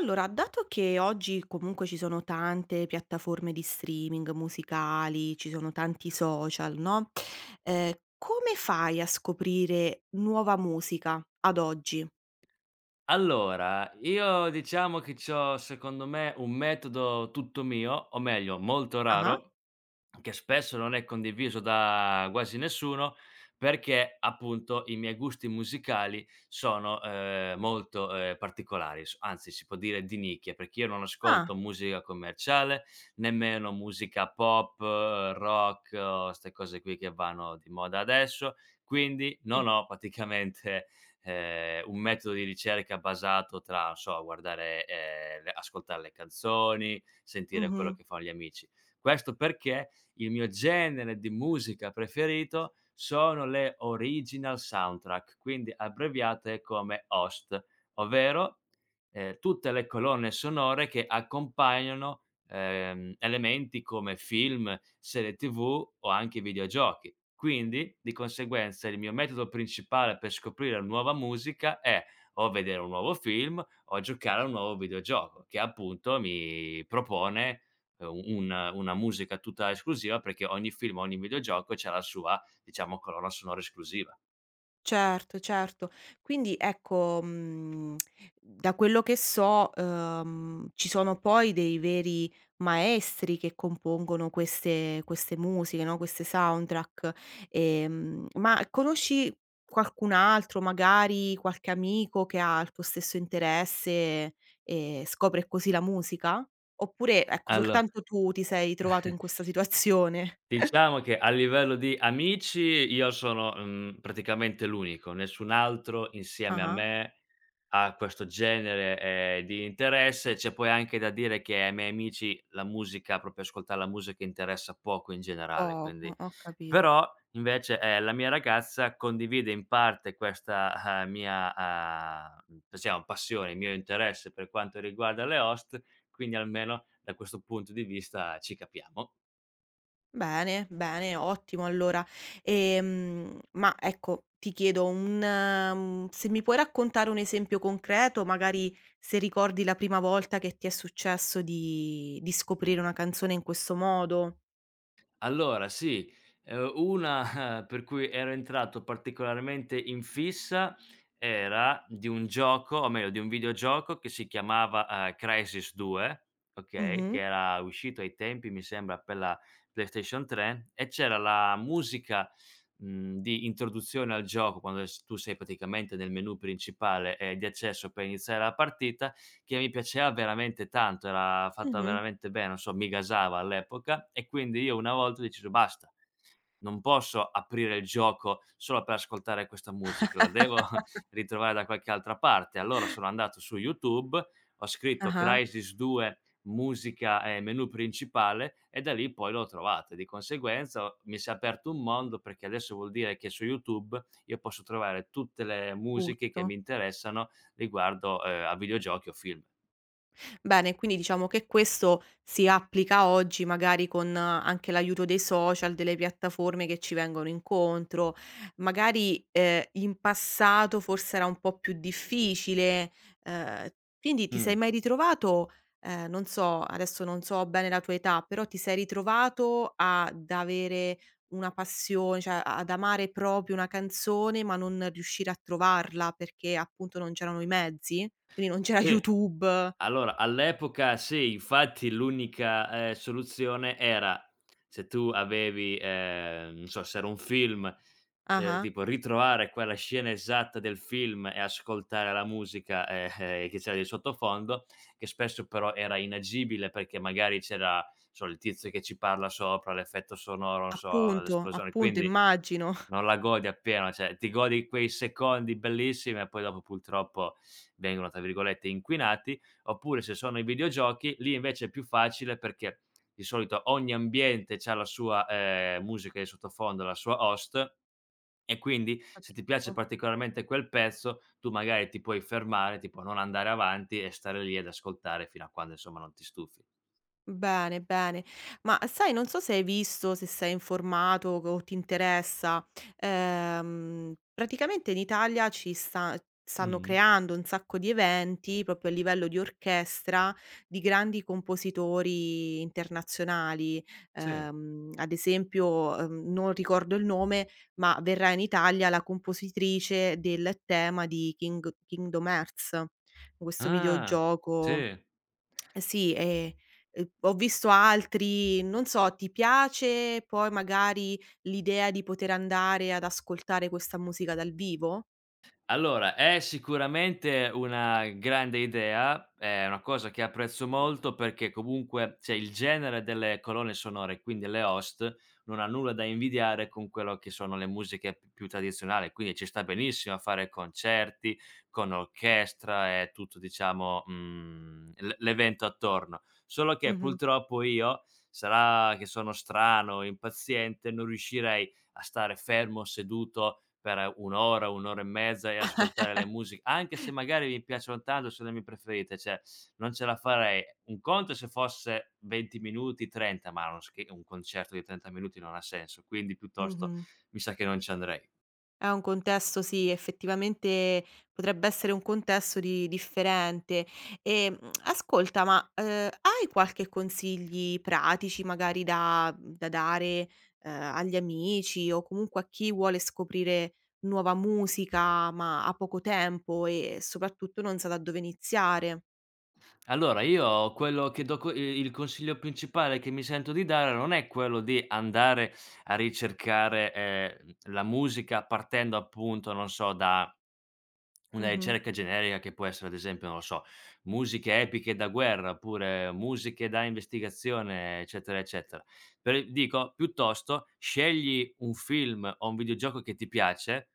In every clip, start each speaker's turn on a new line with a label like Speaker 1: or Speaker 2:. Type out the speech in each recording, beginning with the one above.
Speaker 1: Allora, dato che oggi comunque ci sono tante piattaforme di streaming musicali, ci sono tanti social, no, come fai a scoprire nuova musica ad oggi?
Speaker 2: Allora, io diciamo che c'ho secondo me un metodo tutto mio, o meglio molto
Speaker 1: Ah-ah.
Speaker 2: raro, che spesso non è condiviso da quasi nessuno, perché appunto i miei gusti musicali sono, molto, particolari, s anzi si può dire di nicchia, perché io non ascolto
Speaker 1: Ah.
Speaker 2: musica commerciale, nemmeno musica pop, rock o 'ste cose qui che vanno di moda adesso, quindi
Speaker 1: Sì.
Speaker 2: non ho praticamente, un metodo di ricerca basato tra, non so, guardare le ascoltare le canzoni, sentire quello
Speaker 1: Mh-mh.
Speaker 2: che fan gli amici. Questo perché il mio genere di musica preferito sono le original soundtrack, quindi abbreviate come OST, ovvero, tutte le colonne sonore che accompagnano, elementi come film, serie TV o anche videogiochi. Quindi, di conseguenza, il mio metodo principale per scoprire nuova musica è o vedere un nuovo film o giocare a un nuovo videogioco che appunto mi propone un una musica tutta esclusiva, perché ogni film, ogni videogioco c'ha la sua, diciamo, colonna sonora esclusiva.
Speaker 1: Certo, certo. Quindi ecco, da quello che so, ci sono poi dei veri maestri che compongono queste musiche, no, queste soundtrack. Ma conosci qualcun altro, magari qualche amico che ha il tuo stesso interesse e scopre così la musica? Oppure, ecco,
Speaker 2: Allo
Speaker 1: soltanto tu ti sei trovato in questa situazione?
Speaker 2: Diciamo che a livello di amici io sono, praticamente l'unico, nessun altro insieme a
Speaker 1: Ah-ah,
Speaker 2: me ha questo genere, di interesse. C'è poi anche da dire che ai miei amici la musica proprio ascoltare la musica interessa poco in generale, quindi
Speaker 1: poco, ho capito.
Speaker 2: però invece, la mia ragazza condivide in parte questa, mia, diciamo passione, il mio interesse per quanto riguarda le host, quindi almeno da questo punto di vista ci capiamo.
Speaker 1: Bene, bene, ottimo allora. Ma ecco, se mi puoi raccontare un esempio concreto, magari se ricordi la prima volta che ti è successo di scoprire una canzone in questo modo.
Speaker 2: Allora sì, una per cui ero entrato particolarmente in fissa era di un gioco, o meglio di un videogioco che si chiamava, Crysis 2, okay,
Speaker 1: Mh-mh,
Speaker 2: che era uscito ai tempi mi sembra per la PlayStation 3 e c'era la musica, di introduzione al gioco quando es tu sei praticamente nel menu principale, di accesso per iniziare la partita che mi piaceva veramente tanto, era fatta
Speaker 1: mh-mh.
Speaker 2: veramente bene, non so, mi gasava all'epoca e quindi io una volta ho deciso: "Basta, non posso aprire il gioco solo per ascoltare questa musica, la devo ritrovare da qualche altra parte". Allora sono andato su YouTube, ho scritto
Speaker 1: Ah-ah,
Speaker 2: "Crysis 2 musica e menu principale" e da lì poi l'ho trovata. Di conseguenza ho mi si è aperto un mondo, perché adesso vuol dire che su YouTube io posso trovare tutte le musiche che
Speaker 1: tutto.
Speaker 2: mi interessano riguardo, a videogiochi o film.
Speaker 1: Bene, quindi diciamo che questo si applica oggi magari con anche l'aiuto dei social, delle piattaforme che ci vengono incontro. Magari, in passato forse era un po' più difficile, ehm, quindi ti
Speaker 2: Mh.
Speaker 1: sei mai ritrovato, non so, adesso non so bene la tua età, però ti sei ritrovato ad avere una passione, cioè a ad amare proprio una canzone, ma non riuscire a trovarla perché appunto non c'erano i mezzi? Quindi non c'era
Speaker 2: Sì.
Speaker 1: YouTube.
Speaker 2: Allora, all'epoca sì, infatti l'unica, soluzione era se tu avevi, non so, se era un film,
Speaker 1: Ah-ah.
Speaker 2: tipo ritrovare quella scena esatta del film e ascoltare la musica, che c'era di sottofondo, che spesso però era inagibile perché magari c'era, non so, il tizio che ci parla sopra, l'effetto sonoro, non so,
Speaker 1: Appunto,
Speaker 2: l'esplosione,
Speaker 1: appunto
Speaker 2: quindi
Speaker 1: immagino.
Speaker 2: non la godi appieno, cioè ti godi quei secondi bellissimi e poi dopo purtroppo vengono, tra virgolette, "inquinati". Oppure se sono i videogiochi, lì invece è più facile perché di solito ogni ambiente c'ha la sua, musica di sottofondo, la sua host e quindi se ti piace
Speaker 1: Capisco.
Speaker 2: particolarmente quel pezzo, tu magari ti puoi fermare, tipo non andare avanti e stare lì ad ascoltare fino a quando, insomma, non ti stufi.
Speaker 1: Bene, bene. Ma sai, non so se hai visto, se sei informato o ti interessa, praticamente in Italia stanno
Speaker 2: Mh-mh.
Speaker 1: creando un sacco di eventi proprio a livello di orchestra di grandi compositori internazionali.
Speaker 2: Sì.
Speaker 1: Ad esempio, non ricordo il nome, ma verrà in Italia la compositrice del tema di Kingdom Hearts, questo
Speaker 2: Ah,
Speaker 1: videogioco.
Speaker 2: sì.
Speaker 1: Eh sì, ho visto altri non so, ti piace poi magari l'idea di poter andare ad ascoltare questa musica dal vivo?
Speaker 2: Allora, è sicuramente una grande idea, è una cosa che apprezzo molto perché comunque, cioè, il genere delle colonne sonore, quindi le host, non ha nulla da invidiare con quello che sono le musiche più tradizionali, quindi ci sta benissimo a fare concerti con orchestra e tutto, diciamo, l'evento attorno. Solo che
Speaker 1: Mh-mh,
Speaker 2: purtroppo io, sarà che sono strano, impaziente, non riuscirei a stare fermo, seduto per un'ora, un'ora e mezza e ascoltare le musiche, anche se magari mi piacciono tanto, sono le mie preferite, cioè non ce la farei. Un conto è se fosse 20 minuti, 30, ma un concerto di 30 minuti non ha senso, quindi piuttosto
Speaker 1: mh-mh.
Speaker 2: mi sa che non ci andrei.
Speaker 1: È un contesto sì, effettivamente potrebbe essere un contesto di differente. Ehm, Ascolta, ma, hai qualche consigli pratici magari da dare, agli amici o comunque a chi vuole scoprire nuova musica, ma ha poco tempo e soprattutto non sa da dove iniziare?
Speaker 2: Allora io quello che do co i il consiglio principale che mi sento di dare non è quello di andare a ricercare, la musica partendo appunto, non so, da una
Speaker 1: Mh-mh,
Speaker 2: ricerca generica che può essere ad esempio, non lo so, musiche epiche da guerra, oppure musiche da investigazione, eccetera, eccetera. Per dico piuttosto scegli un film o un videogioco che ti piace,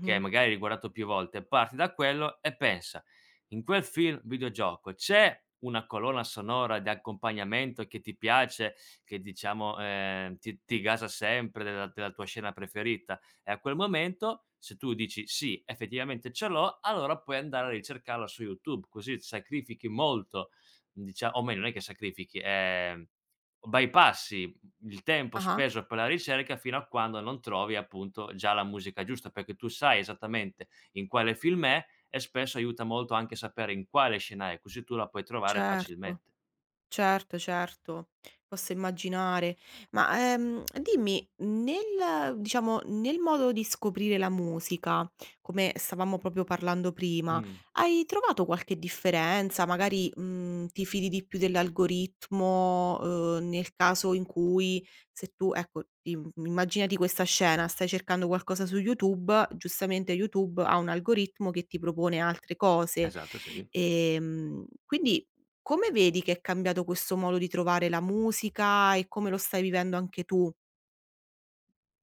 Speaker 2: che magari hai guardato più volte, parti da quello e pensa: in quel film videogioco c'è una colonna sonora di accompagnamento che ti piace, che diciamo, ti gasa sempre della tua scena preferita? E a quel momento, se tu dici: "Sì, effettivamente ce l'ho", allora puoi andare a ricercarla su YouTube, così sacrifichi molto, dicia o meglio, non è che sacrifichi, bypassi il tempo
Speaker 1: Ah-ah,
Speaker 2: speso per la ricerca fino a quando non trovi, appunto, già la musica giusta, perché tu sai esattamente in quale film è e spesso aiuta molto anche sapere in quale scena è, così tu la puoi trovare
Speaker 1: certo.
Speaker 2: facilmente.
Speaker 1: Certo, certo, posso immaginare. Ma, dimmi, nel diciamo, nel modo di scoprire la musica, come stavamo proprio parlando prima,
Speaker 2: Mh.
Speaker 1: hai trovato qualche differenza? Magari, ti fidi di più dell'algoritmo, nel caso in cui se tu ecco, immaginati questa scena, stai cercando qualcosa su YouTube, giustamente YouTube ha un algoritmo che ti propone altre cose.
Speaker 2: Esatto, sì.
Speaker 1: Quindi come vedi che è cambiato questo modo di trovare la musica e come lo stai vivendo anche tu?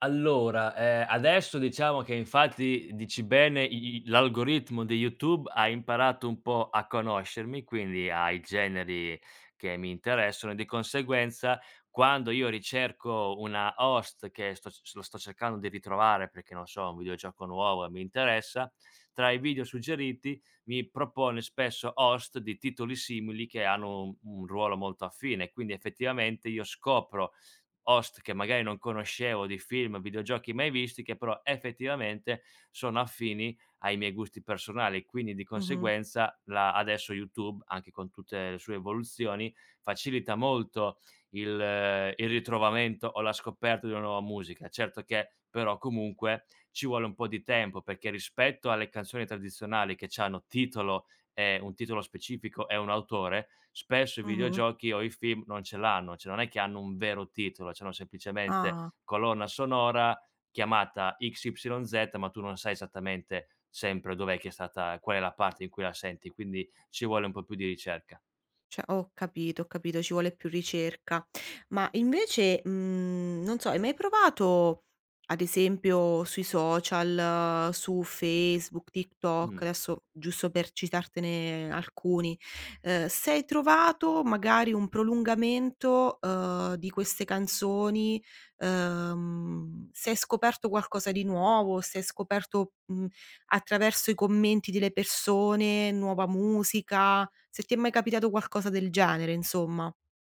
Speaker 2: Allora, adesso diciamo che infatti dici bene, i i l'algoritmo di YouTube ha imparato un po' a conoscermi, quindi ai generi che mi interessano e di conseguenza quando io ricerco una host che sto c lo sto cercando di ritrovare perché, non so, un videogioco nuovo e mi interessa, tra i video suggeriti mi propone spesso host di titoli simili che hanno un ruolo molto affine, quindi effettivamente io scopro host che magari non conoscevo di film, videogiochi mai visti, che però effettivamente sono affini ai miei gusti personali. Quindi di
Speaker 1: Mh-mh,
Speaker 2: conseguenza la adesso YouTube, anche con tutte le sue evoluzioni, facilita molto il ritrovamento o la scoperta di una nuova musica. Certo che però comunque ci vuole un po' di tempo, perché rispetto alle canzoni tradizionali che c'hanno titolo e un titolo specifico e un autore, spesso i
Speaker 1: mh-mh.
Speaker 2: videogiochi o i film non ce l'hanno, cioè non è che hanno un vero titolo, cioè hanno semplicemente
Speaker 1: Ah.
Speaker 2: colonna sonora chiamata XYZ, ma tu non sai esattamente sempre dov'è che è stata qual è la parte in cui la senti, quindi ci vuole un po' più di ricerca.
Speaker 1: Cioè ho capito, ci vuole più ricerca. Ma invece, non so, hai mai provato, ad esempio sui social, su Facebook, TikTok,
Speaker 2: Mh.
Speaker 1: adesso giusto per citartene alcuni, se hai trovato magari un prolungamento, di queste canzoni, se hai scoperto qualcosa di nuovo, se hai scoperto, attraverso i commenti delle persone nuova musica, se ti è mai capitato qualcosa del genere insomma.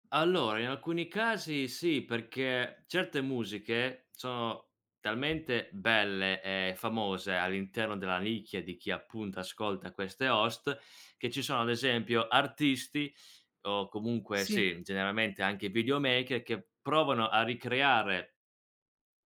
Speaker 2: Allora, in alcuni casi sì, perché certe musiche sono talmente belle e famose all'interno della nicchia di chi appunto ascolta queste host, che ci sono ad esempio artisti o comunque
Speaker 1: Sì.
Speaker 2: sì, generalmente anche videomaker che provano a ricreare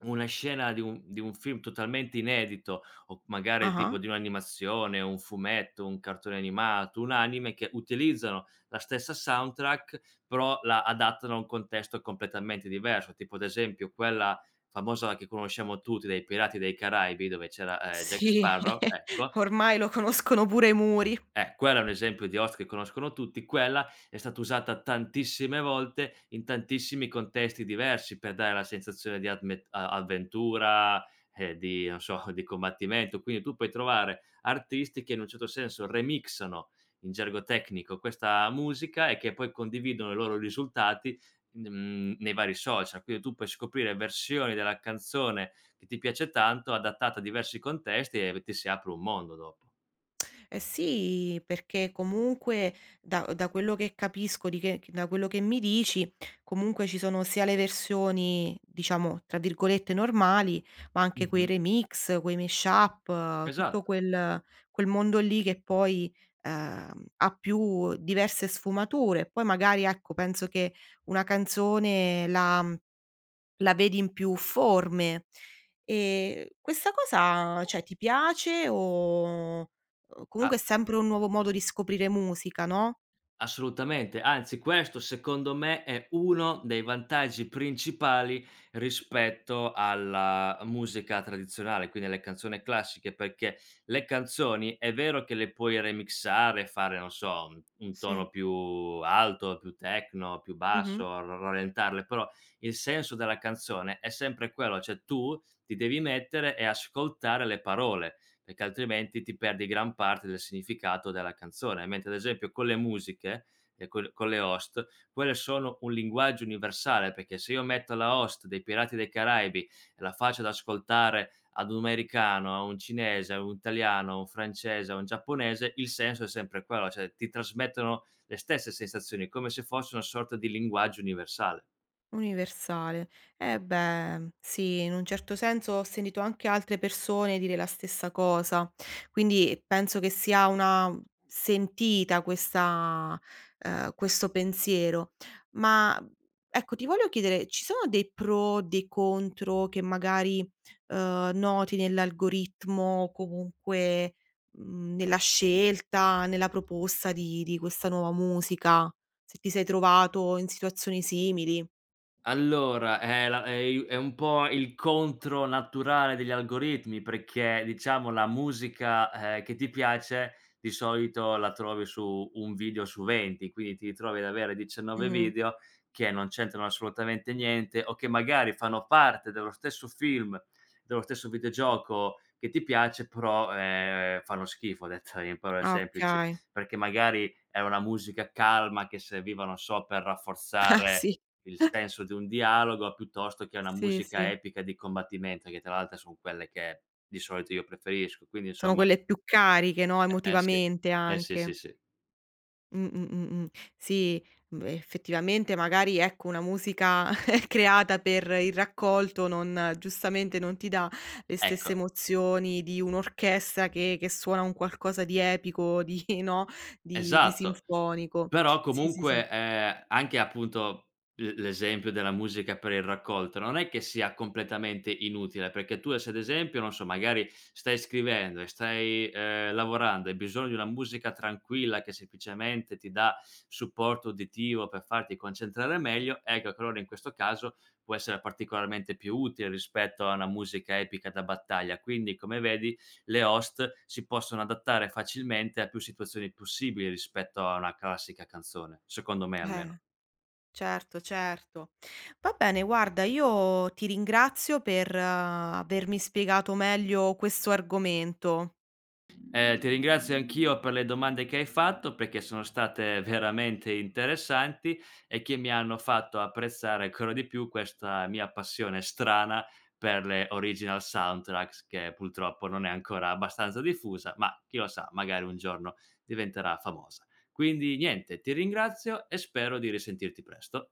Speaker 2: una scena di un film totalmente inedito o magari tipo
Speaker 1: Ah-ah.
Speaker 2: di un'animazione, un fumetto, un cartone animato, un anime che utilizzano la stessa soundtrack, però la adattano a un contesto completamente diverso, tipo ad esempio quella famosa che conosciamo tutti dei Pirati dei Caraibi dove c'era, Jack
Speaker 1: Sì.
Speaker 2: Sparrow, ecco,
Speaker 1: Ormai lo conoscono pure i muri.
Speaker 2: quello è un esempio di host che conoscono tutti, quella è stata usata tantissime volte in tantissimi contesti diversi per dare la sensazione di adme a avventura, di non so, di combattimento. Quindi tu puoi trovare artisti che in un certo senso remixano, in gergo tecnico, questa musica e che poi condividono i loro risultati, nei vari social. Quindi tu puoi scoprire versioni della canzone che ti piace tanto, adattata a diversi contesti e ti si apre un mondo dopo.
Speaker 1: Eh sì, perché comunque da quello che capisco, di che da quello che mi dici, comunque ci sono sia le versioni, diciamo, tra virgolette "normali", ma anche quei
Speaker 2: Mh-mh.
Speaker 1: remix, quei mashup, tutto
Speaker 2: Esatto.
Speaker 1: quel mondo lì che poi, ha più diverse sfumature. Poi magari, ecco, penso che una canzone la vedi in più forme. Questa cosa, cioè ti piace o
Speaker 2: A
Speaker 1: comunque è sempre un nuovo modo di scoprire musica, no?
Speaker 2: Assolutamente, anzi questo secondo me è uno dei vantaggi principali rispetto alla musica tradizionale, quindi alle canzoni classiche, perché le canzoni è vero che le puoi remixare, fare, non so, un
Speaker 1: Sì.
Speaker 2: tono più alto, più techno, più
Speaker 1: Mh-mh.
Speaker 2: basso, r rallentarle, però il senso della canzone è sempre quello, cioè tu ti devi mettere e ascoltare le parole, perché altrimenti ti perdi gran parte del significato della canzone. Mentre ad esempio con le musiche e co con le host, quelle sono un linguaggio universale, perché se io metto la host dei Pirati dei Caraibi e la faccio ad ascoltare ad un americano, a un cinese, a un italiano, a un francese, a un giapponese, il senso è sempre quello, cioè ti trasmettono le stesse sensazioni, come se fosse una sorta di linguaggio universale.
Speaker 1: Universale. Eh beh, sì, in un certo senso ho sentito anche altre persone dire la stessa cosa, quindi penso che sia una sentita questa questo pensiero. Ma, ecco, ti voglio chiedere, ci sono dei pro, dei contro che magari, noti nell'algoritmo o comunque, nella scelta, nella proposta di questa nuova musica? Se ti sei trovato in situazioni simili.
Speaker 2: Allora, è la è i è un po' il contro naturale degli algoritmi, perché diciamo la musica, che ti piace di solito la trovi su 1 video su 20, quindi ti ritrovi ad avere 19
Speaker 1: Mh-mh.
Speaker 2: video che non c'entrano assolutamente niente o che magari fanno parte dello stesso film, dello stesso videogioco che ti piace, però, fanno schifo, detta in parole
Speaker 1: Ah,
Speaker 2: semplici,
Speaker 1: okay.
Speaker 2: perché magari è una musica calma che serviva, non so, per
Speaker 1: Ah,
Speaker 2: rafforzare
Speaker 1: sì.
Speaker 2: il senso di un dialogo piuttosto che una
Speaker 1: Sì,
Speaker 2: musica
Speaker 1: sì.
Speaker 2: epica di combattimento, che tra l'altro son quelle che di solito io preferisco. Quindi
Speaker 1: Sono
Speaker 2: insomma,
Speaker 1: quelle più cariche, no,
Speaker 2: eh, eh sì,
Speaker 1: emotivamente
Speaker 2: eh sì, sì,
Speaker 1: anche.
Speaker 2: sì.
Speaker 1: Mh, mh, mh, mh. Sì, effettivamente magari, ecco, una musica creata per il raccolto non giustamente non ti dà le stesse
Speaker 2: Ecco,
Speaker 1: emozioni di un'orchestra che suona un qualcosa di epico, di no, di
Speaker 2: esatto.
Speaker 1: sinfonico.
Speaker 2: Però
Speaker 1: Sì, sì, sì.
Speaker 2: comunque, anche appunto l'esempio della musica per il raccolto, non è che sia completamente inutile, perché tu se ad esempio, non so, magari stai scrivendo e stai, lavorando, hai bisogno di una musica tranquilla che semplicemente ti dà supporto uditivo per farti concentrare meglio, ecco che allora in questo caso può essere particolarmente più utile rispetto a una musica epica da battaglia. Quindi come vedi le host si possono adattare facilmente a più situazioni possibili rispetto a una classica canzone, secondo me
Speaker 1: Eh.
Speaker 2: almeno.
Speaker 1: Certo, certo. Va bene, guarda, io ti ringrazio per avermi spiegato meglio questo argomento.
Speaker 2: Ti ringrazio anch'io per le domande che hai fatto, perché sono state veramente interessanti e che mi hanno fatto apprezzare ancora di più questa mia passione strana per le original soundtracks, che purtroppo non è ancora abbastanza diffusa, ma chi lo sa, magari un giorno diventerà famosa. Quindi niente, ti ringrazio e spero di risentirti presto.